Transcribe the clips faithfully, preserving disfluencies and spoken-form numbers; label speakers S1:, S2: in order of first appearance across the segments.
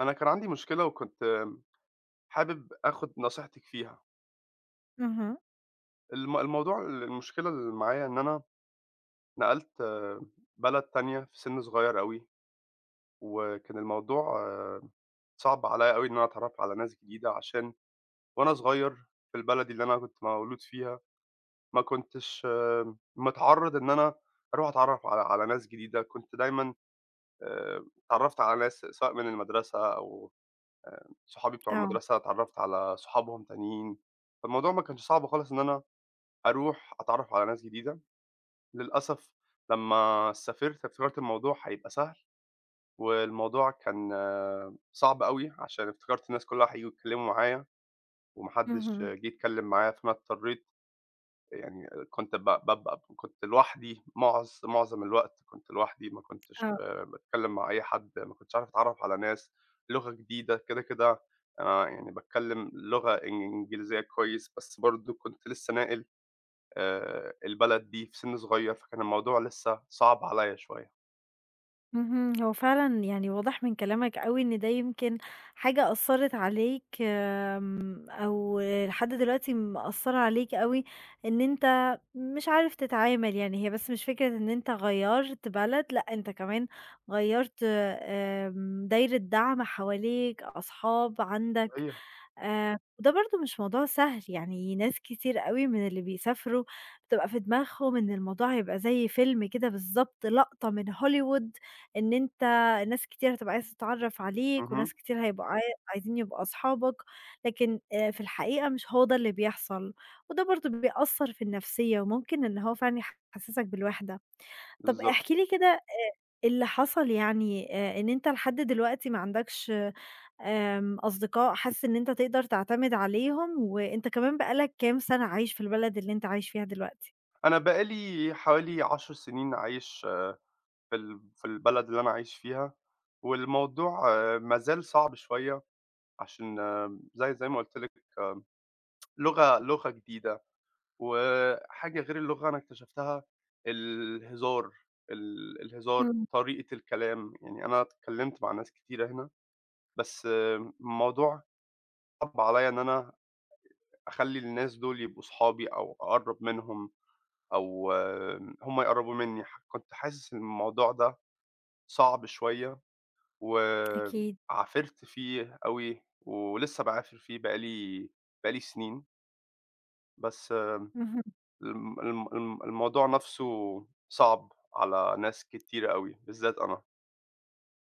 S1: أنا كان عندي مشكلة وكنت آمم، حابب آخُد نصيحتِك فيها.
S2: اهم.
S1: الم الموضوع ال المشكلة اللي معايا إن أنا نقلت آه، بلد تانية في سِن صغير أوي، وكان الموضوع آه، صعب عليّا أوي إن أنا أتعرّف على ناس جديدة، عشان وأنا صغير في البلد اللي أنا كنت مولود فيها، ما كنتش آه، متعرّض إن أنا أروح أتعرّف على على ناس جديدة، كنت دايمًا آآ، اتعرّفت على ناس سواء من المدرسة أو صحابي بتوع
S2: آه.
S1: المدرسة، اتعرّفت على صحابهم تانيين، فالموضوع ما كانش صعب خالص إن أنا أروح أتعرّف على ناس جديدة. للأسف لمّا سافرت افتكرت الموضوع هيبقى سهل، والموضوع كان آه، صعب أوي، عشان افتكرت الناس كلّها هييجوا يتكلّموا معايا، وما حدّش
S2: اهم.
S1: جِه يتكلّم معايا، فأنا اضطريت، يعني كنت ب بابقى كنت لوحدي معظ معظم الوقت، كنت لوحدي، ما كنتش
S2: آه.
S1: باتكلّم مع أي حد، ما كنتش عارف أتعرّف على ناس، لغة جديدة كده، كده أنا يعني باتكلّم لغة إن- إنجليزية كويس، بس برضه كنت لسه ناقل. آآ البلد دي في سِن صغير، فكان الموضوع لسه صعب عليّا شوية.
S2: اهم. هو فعلًا يعني واضح من كلامك أوي إن ده يمكن حاجة أثّرت عليك آمم، أو لحد دلوقتي مأثّرة عليك أوي إن أنت مش عارف تتعامل، يعني هي بس مش فكرة إن أنت غيّرت بلد، لأ أنت كمان غيّرت آمم، دايرة دعم حواليك، أصحاب عندك
S1: صحيح.
S2: آآ، وده برضه مش موضوع سهل، يعني ناس كتير أوي من اللي بيسافروا بتبقى في دماغهم إن الموضوع هيبقى زي فيلم كده بالضبط، لقطة من هوليوود إن أنت ناس كتير هتبقى عايزة تتعرّف عليك،
S1: اهم،
S2: وناس كتير هيبقوا عاي عايزين يبقوا أصحابك، لكن آآ، في الحقيقة مش هو ده اللي بيحصل، وده برضه بيأثّر في النفسية، وممكن إن هو فعلًا يحسّسك بالوحدة. طَب
S1: بالضبط.
S2: احكِ لي كده اللي حصل يعني آآ، إن أنت لحد دلوقتي ما عندكش آمم، أصدقاء حاسس إن أنت تقدر تعتمد عليهم، وأنت كمان بقى لك كام سنة عايش في البلد اللي أنت عايش فيها دلوقتي؟
S1: أنا بقى لي حوالي 10 سنين عايش آه، في ال في البلد اللي أنا عايش فيها، والموضوع آه، ما زال صعب شوية، عشان آه، زي زي ما قُلت لِك لغة لغة جديدة، وحاجة غير اللغة أنا اكتشفتها الهزار، ال الهزار،
S2: إمم،
S1: طريقة الكلام، يعني أنا اتكلمت مع ناس كتيرة هنا، بس آه، الموضوع صعب عليّا إن أنا أخلّي الناس دول يبقوا صحابي أو أقرّب منهم أو آمم، هم يقرّبوا منّي، ح كنت حاسس إن الموضوع ده صعب شوية،
S2: أكيد.
S1: وعافرت فيه أوي ولسه باعافر فيه، بقى لي بقى لي سنين، بس آه،
S2: اهم.
S1: الم الم الم الموضوع نَفْسه صعب على ناس كتيرة أوي، بالذات أنا.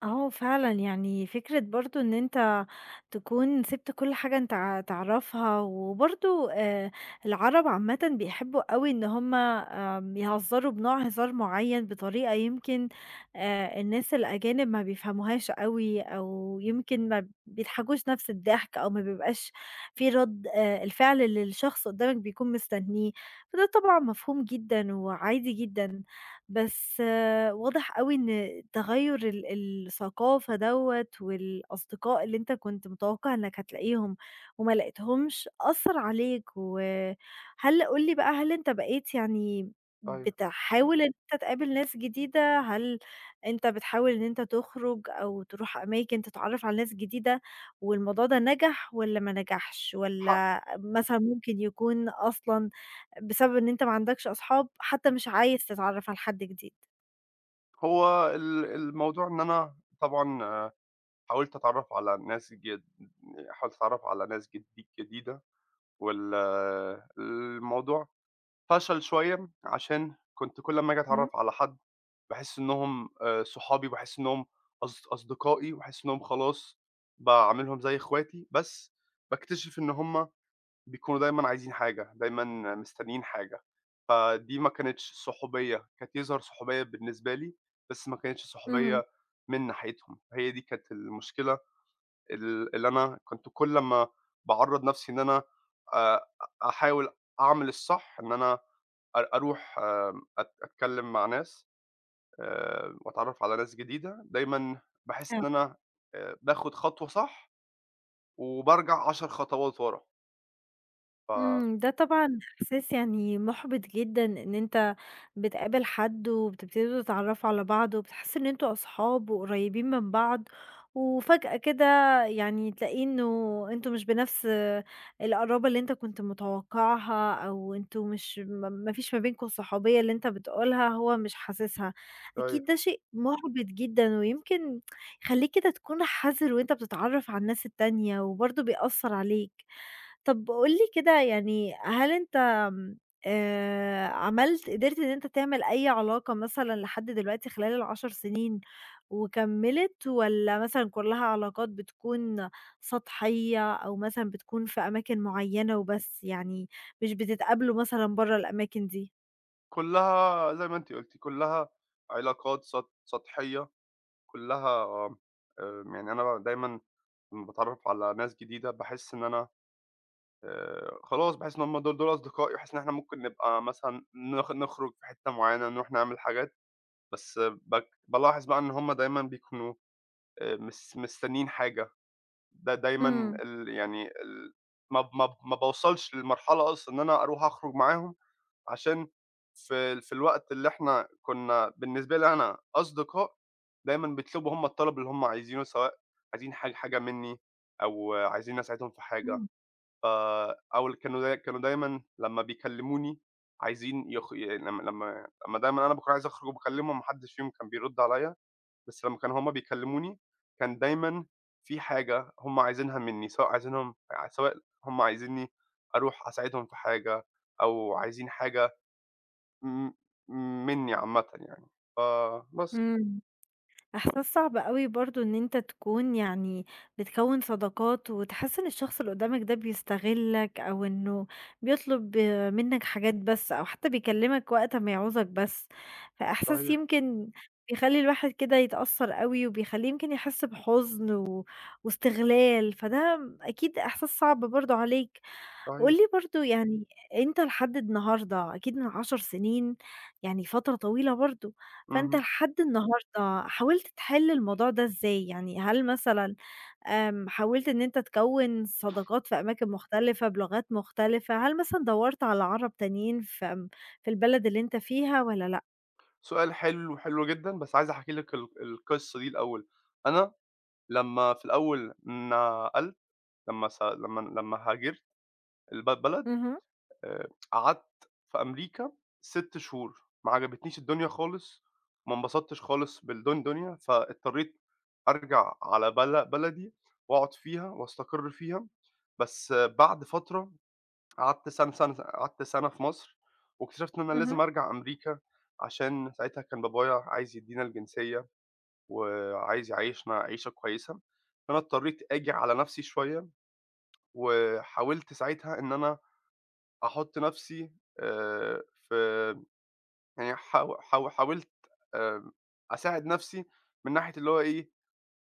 S2: آه فعلًا، يعني فكرة برضه إن أنت تكون سِبت كل حاجة أنت ع تعرفها، وبرضه آآ العرب عامةً بيحبوا أوي إن هُم آمم يهزّروا بنوع هزار معيّن بطريقة يمكن آآ الناس الأجانب ما بيفهموهاش أوي، أو يمكن ما بيضحكوش نَفْس الضحك، أو ما بيبقاش في رَد آآ الفعل اللي الشخص قدّامك بيكون مستنيه، فده طبعًا مفهوم جدًا وعادي جدًا. بس آه، واضح أوي إن تغيُّر ال الثقافة دوّة والأصدقاء اللي أنت كنت متوقِّع إنّك هتلاقيهم وما لقيتهمش، أثّر عليك وهل قُل لي بقى هل أنت بقيت يعني
S1: أيوه.
S2: بتحاول إن أنت تقابل ناس جديدة، هل أنت بتحاول إن أنت تخرُج أو تروح أماكن تتعرّف على ناس جديدة والموضوع ده نجح والّا ما نجحش
S1: حق،
S2: والّا مثلًا ممكن يكون أصلًا بسبب إن أنت ما عندكش أصحاب، حتى مش عايز تتعرّف على حد جديد.
S1: هو ال الموضوع إن أنا طبعًا آه، حاولت أتعرّف على ناس جد حاولت أتعرّف على ناس جد جديدة. وال الموضوع فشل شوية، عشان كنت كل أمّا آجي أتعرّف
S2: إمم،
S1: على حد باحس إنّهم آآ صحابي، باحس إنّهم أص أصدقائي، وباحس إنّهم خلاص باعاملهم زي إخواتي، بس باكتشف إن هم بيكونوا دايمًا عايزين حاجة، دايمًا مستنيين حاجة، فدي ما كانتش صحوبية، كانت يظهر صحوبية بالنسبة لي، بس ما كانتش
S2: اهم.
S1: صحوبية من ناحيتهم، هي دي كانت المشكلة، ال اللي أنا كنت كل أمّا باعرّض نَفْسي إن أنا آآ أحاول أعمل الصح، إن أنا أر أروح آمم أت أتكلّم مع ناس آآ وأتعرّف على ناس جديدة، دايمًا باحس إن أنا آآ باخُد خطوة صح وبارجع 10 خطوات ورا. ف
S2: إمم، ده طبعًا إحساس يعني مُحبِط جدًا إن أنت بتقابل حد وبتبتدوا تتعرّفوا على بعض وبتحسّوا إن أنتم أصحاب وقريّبين من بعض، وفجأة كده يعني تلاقيه إنه أنتم مش بنَفْس القرابة اللي أنت كنت متوقّعها أو أنتم مش ما ما فيش ما بينكم الصحوبية اللي أنت بتقولها هو مش حاسسها، أكيد ده
S1: أيوه.
S2: شيء مُحبِط جدًا ويمكن يخلّيك كده تكون حذر وأنت بتتعرّف على الناس التانية وبرضه بيأثّر عليك. طب قُل لي كده يعني هل أنت آمم، آآ، عملت قدرت إن أنت تعمل أي علاقة مثلًا لحد دلوقتي خلال العشر سنين وكمّلت والّا مثلًا كلّها علاقات بتكون سطحية أو مثلًا بتكون في أماكن معيّنة وبس، يعني مش بتتقابلوا مثلًا برّه الأماكن دي؟
S1: كُلّها زي ما أنتِ قُلتِ، كُلّها علاقات سط سطحية، كُلّها آمم آمم، يعني أنا دايمًا لمّا باتعرّف على ناس جديدة باحس إن أنا آآ خلاص باحس إن هُم دول دول أصدقائي، باحس إن إحنا ممكن نبقى مثلًا نخ نخرج في حتة معيّنة، نروح نعمل حاجات، بس باك بالاحظ بقى إن هُم دايمًا بيكونوا آآ مس مستنّيين حاجة، د دايمًا
S2: إمم،
S1: ال يعني ال ما ب ما ب ما باوصلش للمرحلة أصلًا إن أنا أروح أخرج معاهم، عشان في في الوقت اللي إحنا كنا بالنسبة لي أنا أصدقاء، دايمًا بيطلبوا هُم الطلب اللي هُم عايزينه، سواء عايزين حاج حاجة منّي أو عايزينّي أساعدهم في حاجة.
S2: إمم.
S1: ف أول كانوا داي كانوا دايمًا لمّا بيكلّموني عايزين يخ يعني لمّا لمّا لمّا دايمًا أنا باكون عايز أخرج وباكلّمهم ما حدّش فيهم كان بيرُد عليّا، بس لمّا كانوا هُم بيكلّموني كان دايمًا في حاجة هُم عايزينها منّي، سواء عايزينهم، سواء هُم عايزينّي أروح أساعدهم في حاجة أو عايزين حاجة م منّي عامةً يعني. فبس.
S2: إمم. إحساس صعب أوي برضه إن أنت تكون يعني بتكوّن صداقات وتحس إن الشخص اللي قدّامك ده بيستغلّك أو إنه بيطلب منّك حاجات بس أو حتّى بيكلّمك وقت أمّا يعوزك بس، فإحساس
S1: صحيح،
S2: يمكن بيخلّي الواحد كده يتأثّر أوي وبيخلّيه يمكن يحس بحُزن و واستغلال، فده أكيد إحساس صعب برضه عليك. قُل
S1: صحيح.
S2: لي برضه يعني أنت لحد النهارده أكيد من عشر سنين يعني فترة طويلة برضه، فأنت
S1: اهم.
S2: لحد النهارده حاولت تحِل الموضوع ده إزاي؟ يعني هل مثلًا آمم، حاولت إن أنت تكوِّن صداقات في أماكن مختلفة، بلغات مختلفة، هل مثلًا دَوّرت على عرب تانيين في آمم، في البلد اللي أنت فيها والّا لأ؟
S1: سؤال حلو، حلو جدًا، بس عايز أحكي لِك ال القصة دي الأول. أنا لمّا في الأول نقلت لمّا س لمّا لمّا هاجرت الب البلد،
S2: اهم،
S1: آآ، قعدت في أمريكا 6 شهور، ما عجبتنيش الدنيا خالص، ما انبسطتش خالص بالدون دنيا، فاضطريت أرجع على بل بلدي وأقعد فيها وأستقر فيها، بس آه، بعد فترة قعدت سنة سنة قعدت سنة في مصر، واكتشفت إن أنا
S2: اهم،
S1: لازم أرجع أمريكا، عشان ساعتها كان بابايا عايز يدّينا الجنسية، وعايز يعيّشنا عيشة كويسة، فأنا اضطريت آجي على نَفْسي شوية، وحاولت ساعتها إن أنا أحُط نَفْسي آآ في يعني حاو حاو حاولت آمم أساعد نَفْسي من ناحية اللي هو إيه،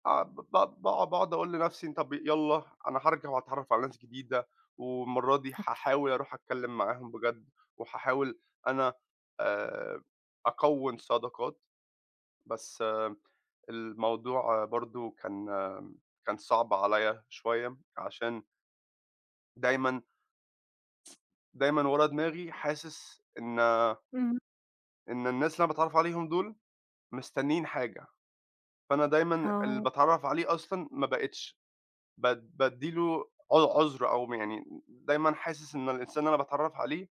S1: آه ب ب باقعد باقعد أقول لنَفْسي، طَب يالّا أنا هارجع وهاتعرّف على ناس جديدة، والمرّة دي
S2: أوكي.
S1: هاحاول أروح أتكلّم معاهم بجد، وهاحاول أنا آآ أكوّن صداقات، بس الموضوع برضه كان كان صعب عليَّ شوية، عشان دايمًا دايمًا ورا دماغي حاسس إن
S2: اهم،
S1: إن الناس اللي أنا باتعرّف عليهم دول مستنّيين حاجة، فأنا دايمًا اللي
S2: آه.
S1: باتعرّف عليه أصلًا ما بقيتش باد بادّي له ع عُذر أو م يعني دايمًا حاسس إن الإنسان اللي أنا باتعرّف عليه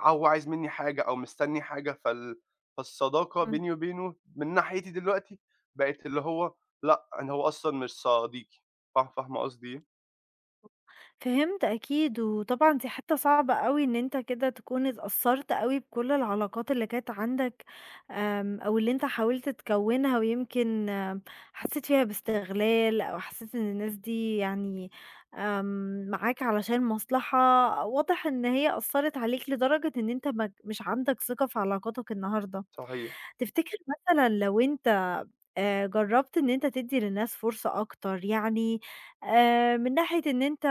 S1: هو عايز منّي حاجة أو مستنّي حاجة، فال فالصداقة
S2: إمم.
S1: بيني وبينه من ناحيتي دلوقتي بقت اللي هو لأ، إن هو أصلًا مش صديقي. فا فاهمة قصدي إيه؟
S2: فهمت أكيد، وطبعًا دي حتّة صعبة أوي إن أنت كده تكون اتأثّرت أوي بكل العلاقات اللي كانت عندك، آمم، أو اللي أنت حاولت تكوّنها ويمكن أم، حسّيت فيها باستغلال أو حسّيت إن الناس دي يعني آمم، معاك علشان مصلحة، واضح إن هي أثّرت عليك لدرجة إن أنت مك مش عندك ثقة في علاقاتك النهارده.
S1: صحيح.
S2: تفتكر مثلًا لو أنت آآ جرّبت إن أنت تدّي للناس فرصة أكتر، يعني آآ من ناحية إن أنت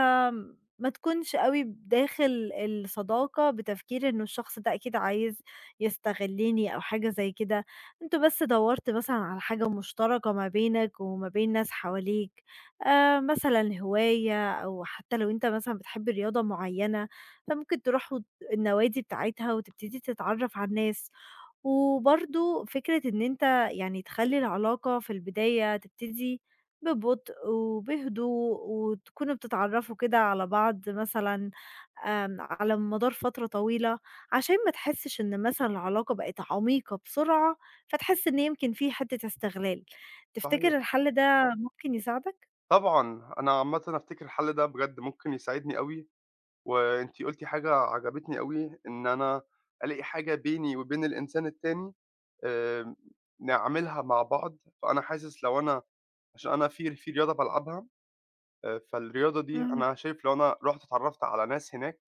S2: ما تكونش أوي داخل الصداقة بتفكير إنه الشخص ده أكيد عايز يستغلّني أو حاجة زي كده، أنت بس دوّرت مثلًا على حاجة مشتركة ما بينك وما بين ناس حواليك، آآ مثلًا هواية أو حتى لو أنت مثلًا بتحب رياضة معيّنة، فممكن تروحوا النوادي بتاعتها وتبتدي تتعرّف على الناس. وبرضه فكرة إن أنت يعني تخلّي العلاقة في البداية تبتدي ببطء وبهدوء وتكونوا بتتعرّفوا كده على بعض مثلًا آمم على مدار فترة طويلة، عشان ما تحسّش إن مثلًا العلاقة بقت عميقة بسرعة، فتحس إن يمكن في حتّة استغلال.
S1: صحيح.
S2: تفتكر الحل ده ممكن يساعدك؟
S1: طبعًا. أنا عامةً أفتكر الحل ده بجد ممكن يساعدني أوي، وأنتِ قُلتِ حاجة عجبتني أوي، إن أنا ألاقي حاجة بيني وبين الإنسان التاني آمم نعملها مع بعض. فأنا حاسس، لو أنا عشان أنا في في رياضة بالعبها، آآ فالرياضة دي
S2: اهم،
S1: أنا شايف لو أنا رُحت اتعرّفت على ناس هناك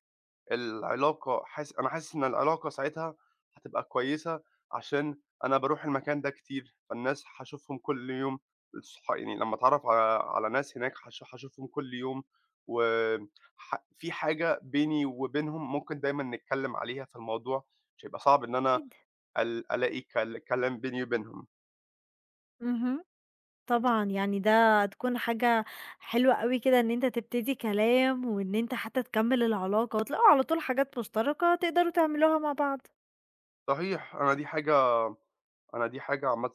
S1: العلاقة حاس أنا حاسس إن العلاقة ساعتها هتبقى كويسة، عشان أنا باروح المكان ده كتير، فالناس هاشوفهم كل يوم، الصح يعني لمّا أتعرّف على على ناس هناك هاش هاشوفهم كل يوم، وح في حاجة بيني وبينهم ممكن دايمًا نتكلّم عليها، فالموضوع مش هيبقى صعب إن أنا
S2: أكيد.
S1: ال ألاقي كل كلام بيني وبينهم.
S2: اهم. طبعًا، يعني ده هتكون حاجة حلوة أوي كده إن أنت تبتدي كلام وإن أنت حتى تكمّل العلاقة وتلاقوا على طول حاجات مشتركة تقدروا تعملوها مع بعض.
S1: صحيح. أنا دي حاجة أنا دي حاجة عامةً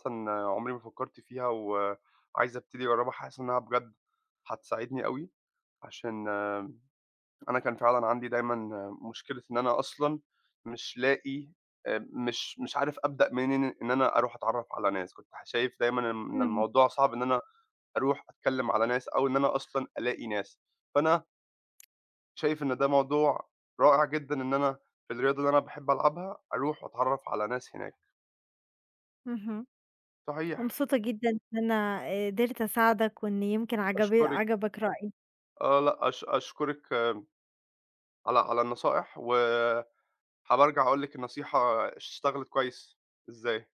S1: عمري ما فكّرت فيها، وعايز أبتدي أجرّبها، حاسس إنها بجد هتساعدني أوي، عشان أنا كان فعلًا عندي دايمًا مشكلة إن أنا أصلًا مش لاقي، آآ مش مش عارف أبدأ منين إن أنا أروح أتعرّف على ناس، كنت ح شايف دايمًا إن
S2: اهم،
S1: الموضوع صعب إن أنا أروح أتكلّم على ناس أو إن أنا أصلًا ألاقي ناس، فأنا شايف إن ده موضوع رائع جدًا إن أنا في الرياضة اللي أنا باحب ألعبها أروح وأتعرّف على ناس هناك.
S2: اهم.
S1: صحيح.
S2: مبسوطة جدًا إن أنا آه، قدرت أساعدك وإن يمكن عجب
S1: أشكرِك.
S2: عجبك رأيي.
S1: آه، لأ أش أشكرِك على على النصائح، وهابقى أرجع أقول لِك النصيحة اشتغلت كويس إزاي.